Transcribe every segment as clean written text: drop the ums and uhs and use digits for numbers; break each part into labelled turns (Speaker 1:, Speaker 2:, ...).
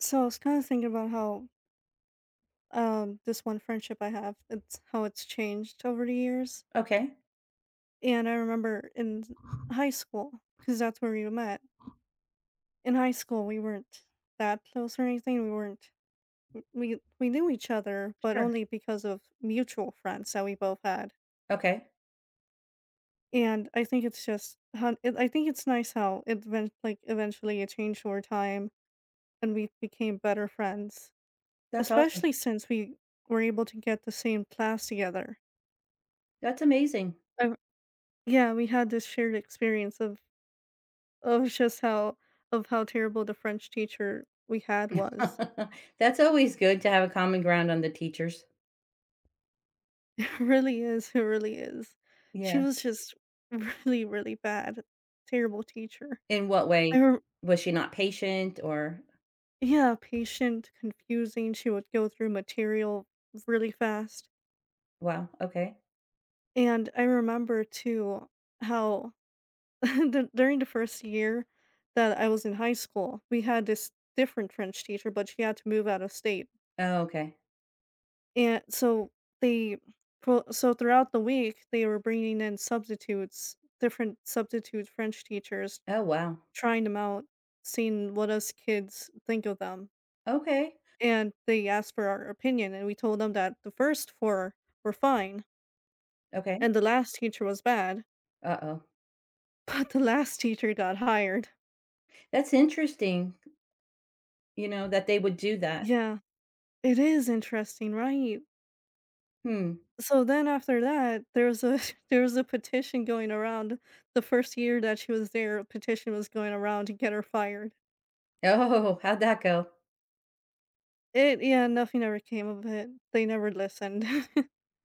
Speaker 1: So I was kind of thinking about how this one friendship I have, it's how it's changed over the years.
Speaker 2: Okay,
Speaker 1: And I remember in high school, because that's where we met. In high school, we weren't that close or anything. We weren't. We knew each other, but
Speaker 2: sure.
Speaker 1: only because of mutual friends that we both had.
Speaker 2: Okay,
Speaker 1: And I think it's just how it, I think it's nice how it eventually it changed over time, and we became better friends.
Speaker 2: that's awesome.
Speaker 1: Especially since we were able to get the same class together.
Speaker 2: That's amazing.
Speaker 1: I, Yeah, we had this shared experience of just how of how terrible the French teacher we had was.
Speaker 2: That's always good to have a common ground on the teachers.
Speaker 1: It really is, it really is. She
Speaker 2: Yeah.
Speaker 1: was just really, really bad. Terrible teacher.
Speaker 2: In what way?
Speaker 1: I rem
Speaker 2: Was she not patient or
Speaker 1: yeah, patient, confusing, she would go through material really fast.
Speaker 2: wow, okay.
Speaker 1: And I remember too how the during the first year that I was in high school, we had this different French teacher, but she had to move out of state.
Speaker 2: Oh, okay.
Speaker 1: And so they pro so throughout the week, they were bringing in substitutes, different substitute French teachers,
Speaker 2: Oh, wow.
Speaker 1: trying them out, seeing what us kids think of them.
Speaker 2: Okay.
Speaker 1: And they asked for our opinion, and we told them that the first four were fine,
Speaker 2: Okay.
Speaker 1: and the last teacher was bad,
Speaker 2: Uh-oh.
Speaker 1: but the last teacher got hired.
Speaker 2: That's interesting, that they would do that.
Speaker 1: Yeah, it is interesting, right?
Speaker 2: Hmm.
Speaker 1: So then after that, there was a there was a petition going around the first year that she was there, a petition was going around to get her fired.
Speaker 2: Oh, how'd that go?
Speaker 1: It yeah, nothing ever came of it. They never listened.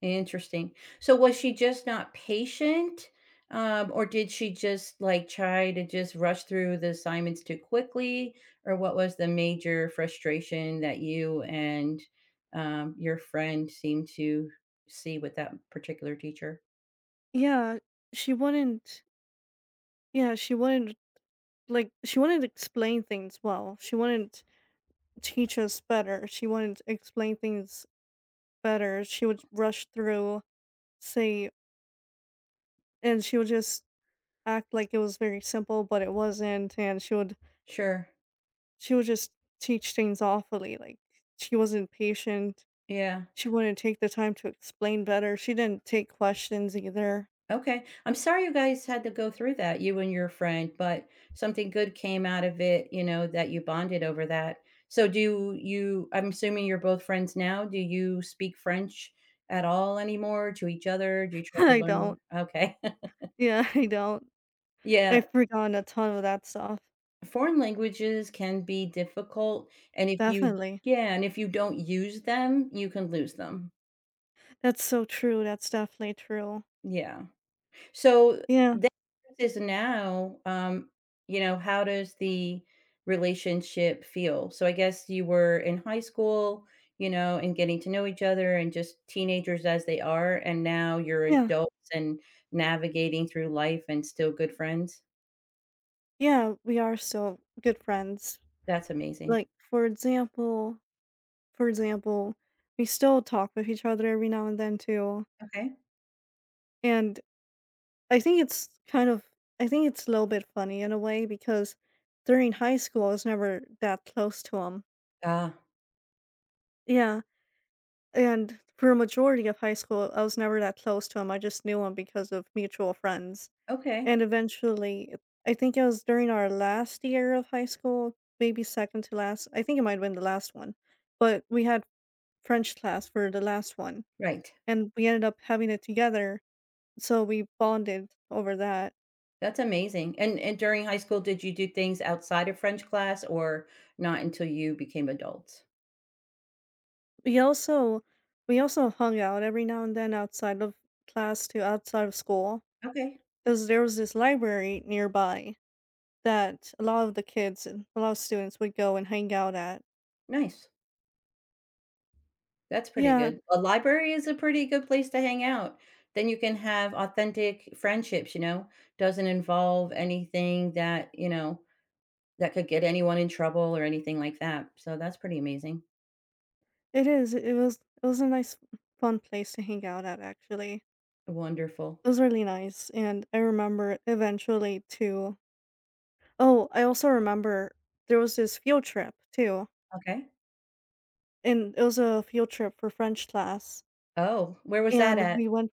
Speaker 2: Interesting. So was she just not patient? Or did she just like try to just rush through the assignments too quickly? Or what was the major frustration that you and your friend seemed to see with that particular teacher?
Speaker 1: yeah, she wouldn't yeah, she wouldn't like she wouldn't explain things well. She wouldn't teach us better. She wouldn't explain things better. She would rush through, say and she would just act like it was very simple, but it wasn't, and she would
Speaker 2: Sure.
Speaker 1: She would just teach things awfully, like, she wasn't patient,
Speaker 2: Yeah.
Speaker 1: she wouldn't take the time to explain better, she didn't take questions either.
Speaker 2: Okay. I'm sorry you guys had to go through that, you and your friend, but something good came out of it, that you bonded over that. So do you I'm assuming you're both friends now. Do you speak French at all anymore to each other? Do you try to
Speaker 1: I
Speaker 2: learn more?
Speaker 1: don't.
Speaker 2: Okay.
Speaker 1: Yeah, I don't.
Speaker 2: Yeah,
Speaker 1: I've forgotten a ton of that stuff.
Speaker 2: foreign languages can be difficult and if you
Speaker 1: Definitely.
Speaker 2: yeah, and if you don't use them, you can lose them.
Speaker 1: That's so true, that's definitely true.
Speaker 2: Yeah. So
Speaker 1: Yeah,
Speaker 2: that is now, how does the relationship feel? So I guess you were in high school, and getting to know each other and just teenagers as they are, and now you're
Speaker 1: yeah,
Speaker 2: adults and navigating through life and still good friends.
Speaker 1: yeah, we are still good friends.
Speaker 2: That's amazing.
Speaker 1: Like, for example, we still talk with each other every now and then too,
Speaker 2: Okay.
Speaker 1: and I think it's kind of I think it's a little bit funny in a way because during high school I was never that close to him.
Speaker 2: Ah,
Speaker 1: Yeah, and for a majority of high school I was never that close to him. I just knew him because of mutual friends.
Speaker 2: okay.
Speaker 1: And eventually I think it was during our last year of high school, maybe second to last. I think it might have been the last one. But we had French class for the last one
Speaker 2: Right.
Speaker 1: and we ended up having it together, so we bonded over that.
Speaker 2: That's amazing. And during high school, did you do things outside of French class or not until you became adults?
Speaker 1: We also we also hung out every now and then outside of class to outside of school,
Speaker 2: Okay.
Speaker 1: 'cause there was this library nearby that a lot of the kids and a lot of students would go and hang out at.
Speaker 2: Nice. That's pretty
Speaker 1: Yeah,
Speaker 2: good. A library is a pretty good place to hang out. Then you can have authentic friendships, you know? Doesn't involve anything that, that could get anyone in trouble or anything like that. So that's pretty amazing.
Speaker 1: it is. It was a nice fun place to hang out at actually.
Speaker 2: Wonderful.
Speaker 1: It was really nice, and I remember eventually too Oh, I also remember there was this field trip too,
Speaker 2: Okay.
Speaker 1: and it was a field trip for French class,
Speaker 2: Oh, where was that
Speaker 1: and
Speaker 2: at?
Speaker 1: we went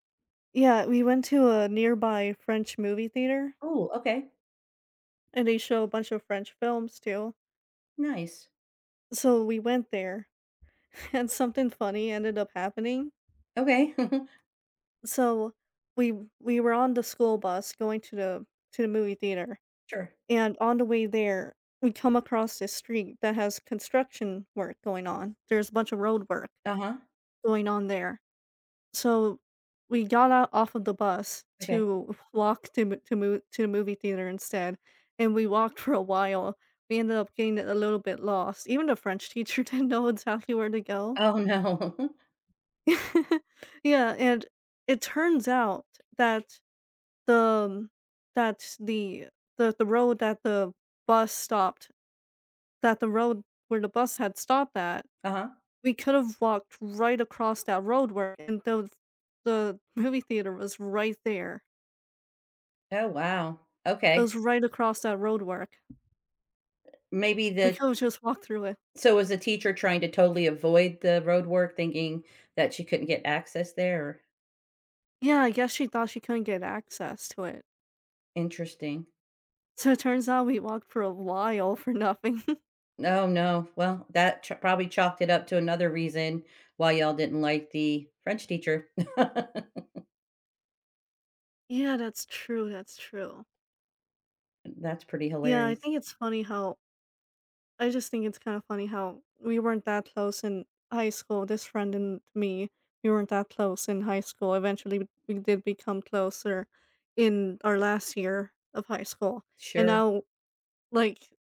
Speaker 1: yeah, we went to a nearby French movie theater,
Speaker 2: Oh, okay.
Speaker 1: and they show a bunch of French films too.
Speaker 2: Nice.
Speaker 1: So we went there, and something funny ended up happening.
Speaker 2: Okay.
Speaker 1: So we we were on the school bus going to the movie theater,
Speaker 2: Sure.
Speaker 1: and on the way there, we come across this street that has construction work going on. There's a bunch of road work
Speaker 2: Uh-huh.
Speaker 1: going on there. So, we got out off of the bus
Speaker 2: Okay.
Speaker 1: to walk to the movie theater instead, and we walked for a while. We ended up getting a little bit lost. Even the French teacher didn't know exactly where to go.
Speaker 2: Oh, no.
Speaker 1: Yeah, and it turns out that the that the the road that the bus stopped that the road where the bus had stopped at,
Speaker 2: Uh-huh.
Speaker 1: we could have walked right across that road where and the movie theater was right there.
Speaker 2: Oh, wow.
Speaker 1: It
Speaker 2: Okay.
Speaker 1: was right across that roadwork.
Speaker 2: Maybe
Speaker 1: We
Speaker 2: the
Speaker 1: could've just walked through it.
Speaker 2: so was the teacher trying to totally avoid the roadwork, thinking that she couldn't get access there?
Speaker 1: Yeah, I guess she thought she couldn't get access to it.
Speaker 2: Interesting.
Speaker 1: So it turns out we walked for a while for nothing.
Speaker 2: No, no. Well, that ch probably chalked it up to another reason why y'all didn't like the French teacher.
Speaker 1: Yeah, that's true, that's true.
Speaker 2: That's pretty
Speaker 1: Yeah, I
Speaker 2: hilarious.
Speaker 1: think it's funny how I just think it's kinda funny how we weren't that close in high school, this friend and me, we weren't that close in high school. Eventually, we did become closer in our last year of high school, and
Speaker 2: Sure.
Speaker 1: now Like,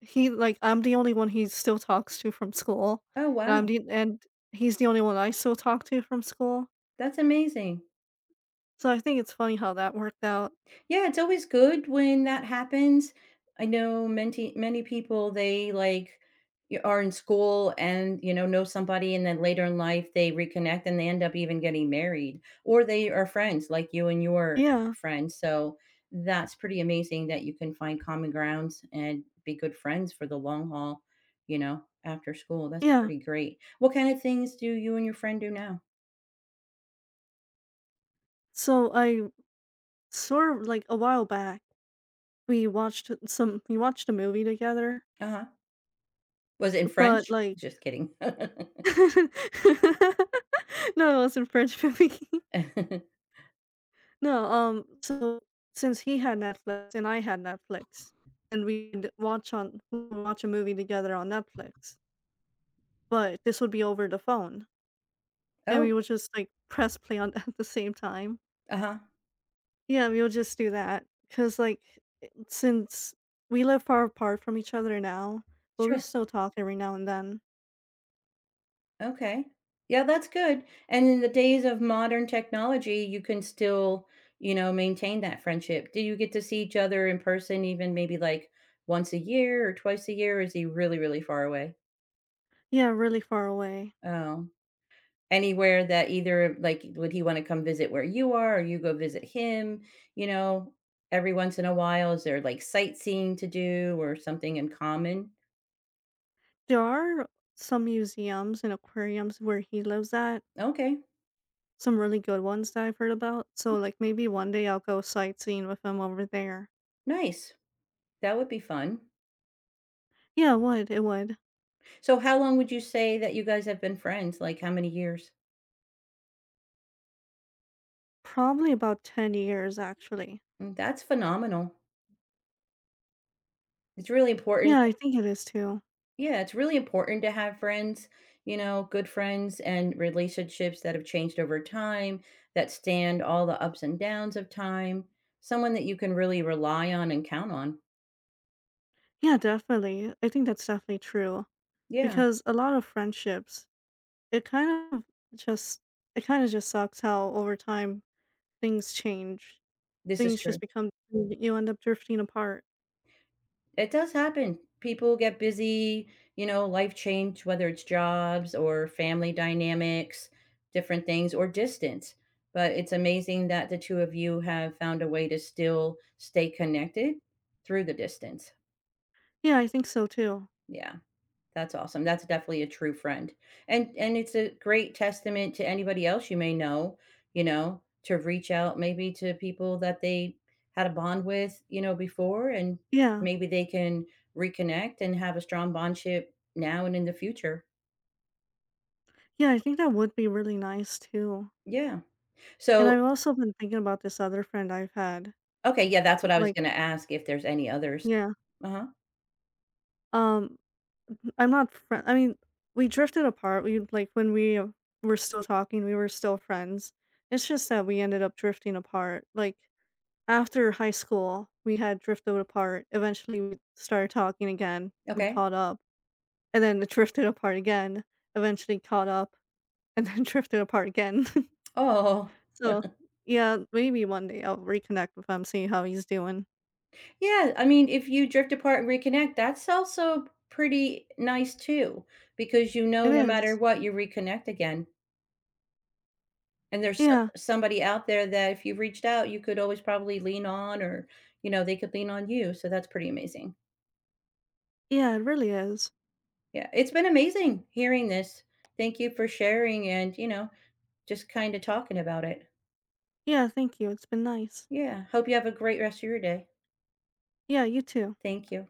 Speaker 1: I'm the only one he still talks to from school,
Speaker 2: Oh,
Speaker 1: and I'm
Speaker 2: wow.
Speaker 1: the and he's the only one I still talk to from school,
Speaker 2: That's amazing.
Speaker 1: so I think it's funny how that worked out.
Speaker 2: Yeah, it's always good when that happens. I know many people they like y- are in school and know somebody and then later in life they reconnect and they end up even getting married or they are friends like you and your
Speaker 1: Yeah,
Speaker 2: friend. So that's pretty amazing that you can find common grounds and be good friends for the long haul, after school. That's
Speaker 1: yeah.
Speaker 2: pretty great. What kind of things do you and your friend do now?
Speaker 1: So, I sort of like, a while back, we watched a movie together,
Speaker 2: Uh-huh. Was it in
Speaker 1: but,
Speaker 2: French?
Speaker 1: like
Speaker 2: Just kidding.
Speaker 1: No, it wasn't French movie. No, so since he had Netflix and I had Netflix, and we'd watch on watch a movie together on Netflix. But this would be over the phone, and
Speaker 2: Oh,
Speaker 1: we would just, like, press play on at the same time.
Speaker 2: uh-huh.
Speaker 1: Yeah, we would just do that. Cause like, since we live far apart from each other now, but we
Speaker 2: Sure.
Speaker 1: still talk every now and then.
Speaker 2: Okay. Yeah, that's good. And in the days of modern technology, you can still, maintain that friendship. Do you get to see each other in person even maybe like once a year or twice a year? Or is he really, really far away?
Speaker 1: Yeah, really far away.
Speaker 2: Oh. Anywhere that either like would he want to come visit where you are or you go visit him, you know, every once in a while? Is there like sightseeing to do or something in common?
Speaker 1: There are some museums and aquariums where he lives at,
Speaker 2: Okay.
Speaker 1: some really good ones that I've heard about, so, like, maybe one day I'll go sightseeing with him over there.
Speaker 2: Nice. That would be fun.
Speaker 1: Yeah, it would, it would.
Speaker 2: So how long would you say that you guys have been friends? Like, how many years?
Speaker 1: Probably about 10 years, actually.
Speaker 2: Mm, that's phenomenal. It's really important.
Speaker 1: Yeah, I think it is too.
Speaker 2: Yeah, it's really important to have friends, good friends and relationships that have changed over time, that stand all the ups and downs of time, someone that you can really rely on and count on.
Speaker 1: Yeah, definitely. I think that's definitely true
Speaker 2: Yeah,
Speaker 1: because a lot of friendships, it kind of just it kind of just sucks how over time things change.
Speaker 2: this is
Speaker 1: Things
Speaker 2: true.
Speaker 1: just become you end up drifting apart.
Speaker 2: It does happen. People get busy, life change, whether it's jobs or family dynamics, different things, or distance. But it's amazing that the two of you have found a way to still stay connected through the distance.
Speaker 1: Yeah, I think so too.
Speaker 2: Yeah. That's awesome. That's definitely a true friend. And it's a great testament to anybody else you may know, to reach out maybe to people that they had a bond with, before and
Speaker 1: Yeah.
Speaker 2: maybe they can reconnect and have a strong bondship now and in the future.
Speaker 1: Yeah, I think that would be really nice too.
Speaker 2: Yeah.
Speaker 1: And
Speaker 2: So,
Speaker 1: I've also been thinking about this other friend I've had
Speaker 2: okay, yeah, that's what
Speaker 1: for,
Speaker 2: I was
Speaker 1: like
Speaker 2: going to ask if there's any others.
Speaker 1: yeah.
Speaker 2: Uh-huh.
Speaker 1: Um I'm not frien I mean, we drifted apart, when we were still talking, we were still friends. It's just that we ended up drifting apart, like, after high school, we had drifted apart, eventually we started talking again, we
Speaker 2: Okay.
Speaker 1: caught up, and then it drifted apart again, eventually caught up, and then drifted apart again.
Speaker 2: Oh.
Speaker 1: So, yeah, maybe one day I'll reconnect with him, see how he's doing.
Speaker 2: Yeah, I mean, if you drift apart and reconnect, that's also pretty nice too, because you know
Speaker 1: It
Speaker 2: no matter
Speaker 1: is.
Speaker 2: what, you reconnect again. And there's so
Speaker 1: Yeah.
Speaker 2: somebody out there that if you reached out, you could always probably lean on or, they could lean on you, so that's pretty amazing.
Speaker 1: Yeah, it really is.
Speaker 2: Yeah, it's been amazing hearing this. Thank you for sharing and, just kinda talking about it.
Speaker 1: Yeah, thank you, it's been nice.
Speaker 2: Yeah, hope you have a great rest of your day.
Speaker 1: Yeah, you too.
Speaker 2: Thank you.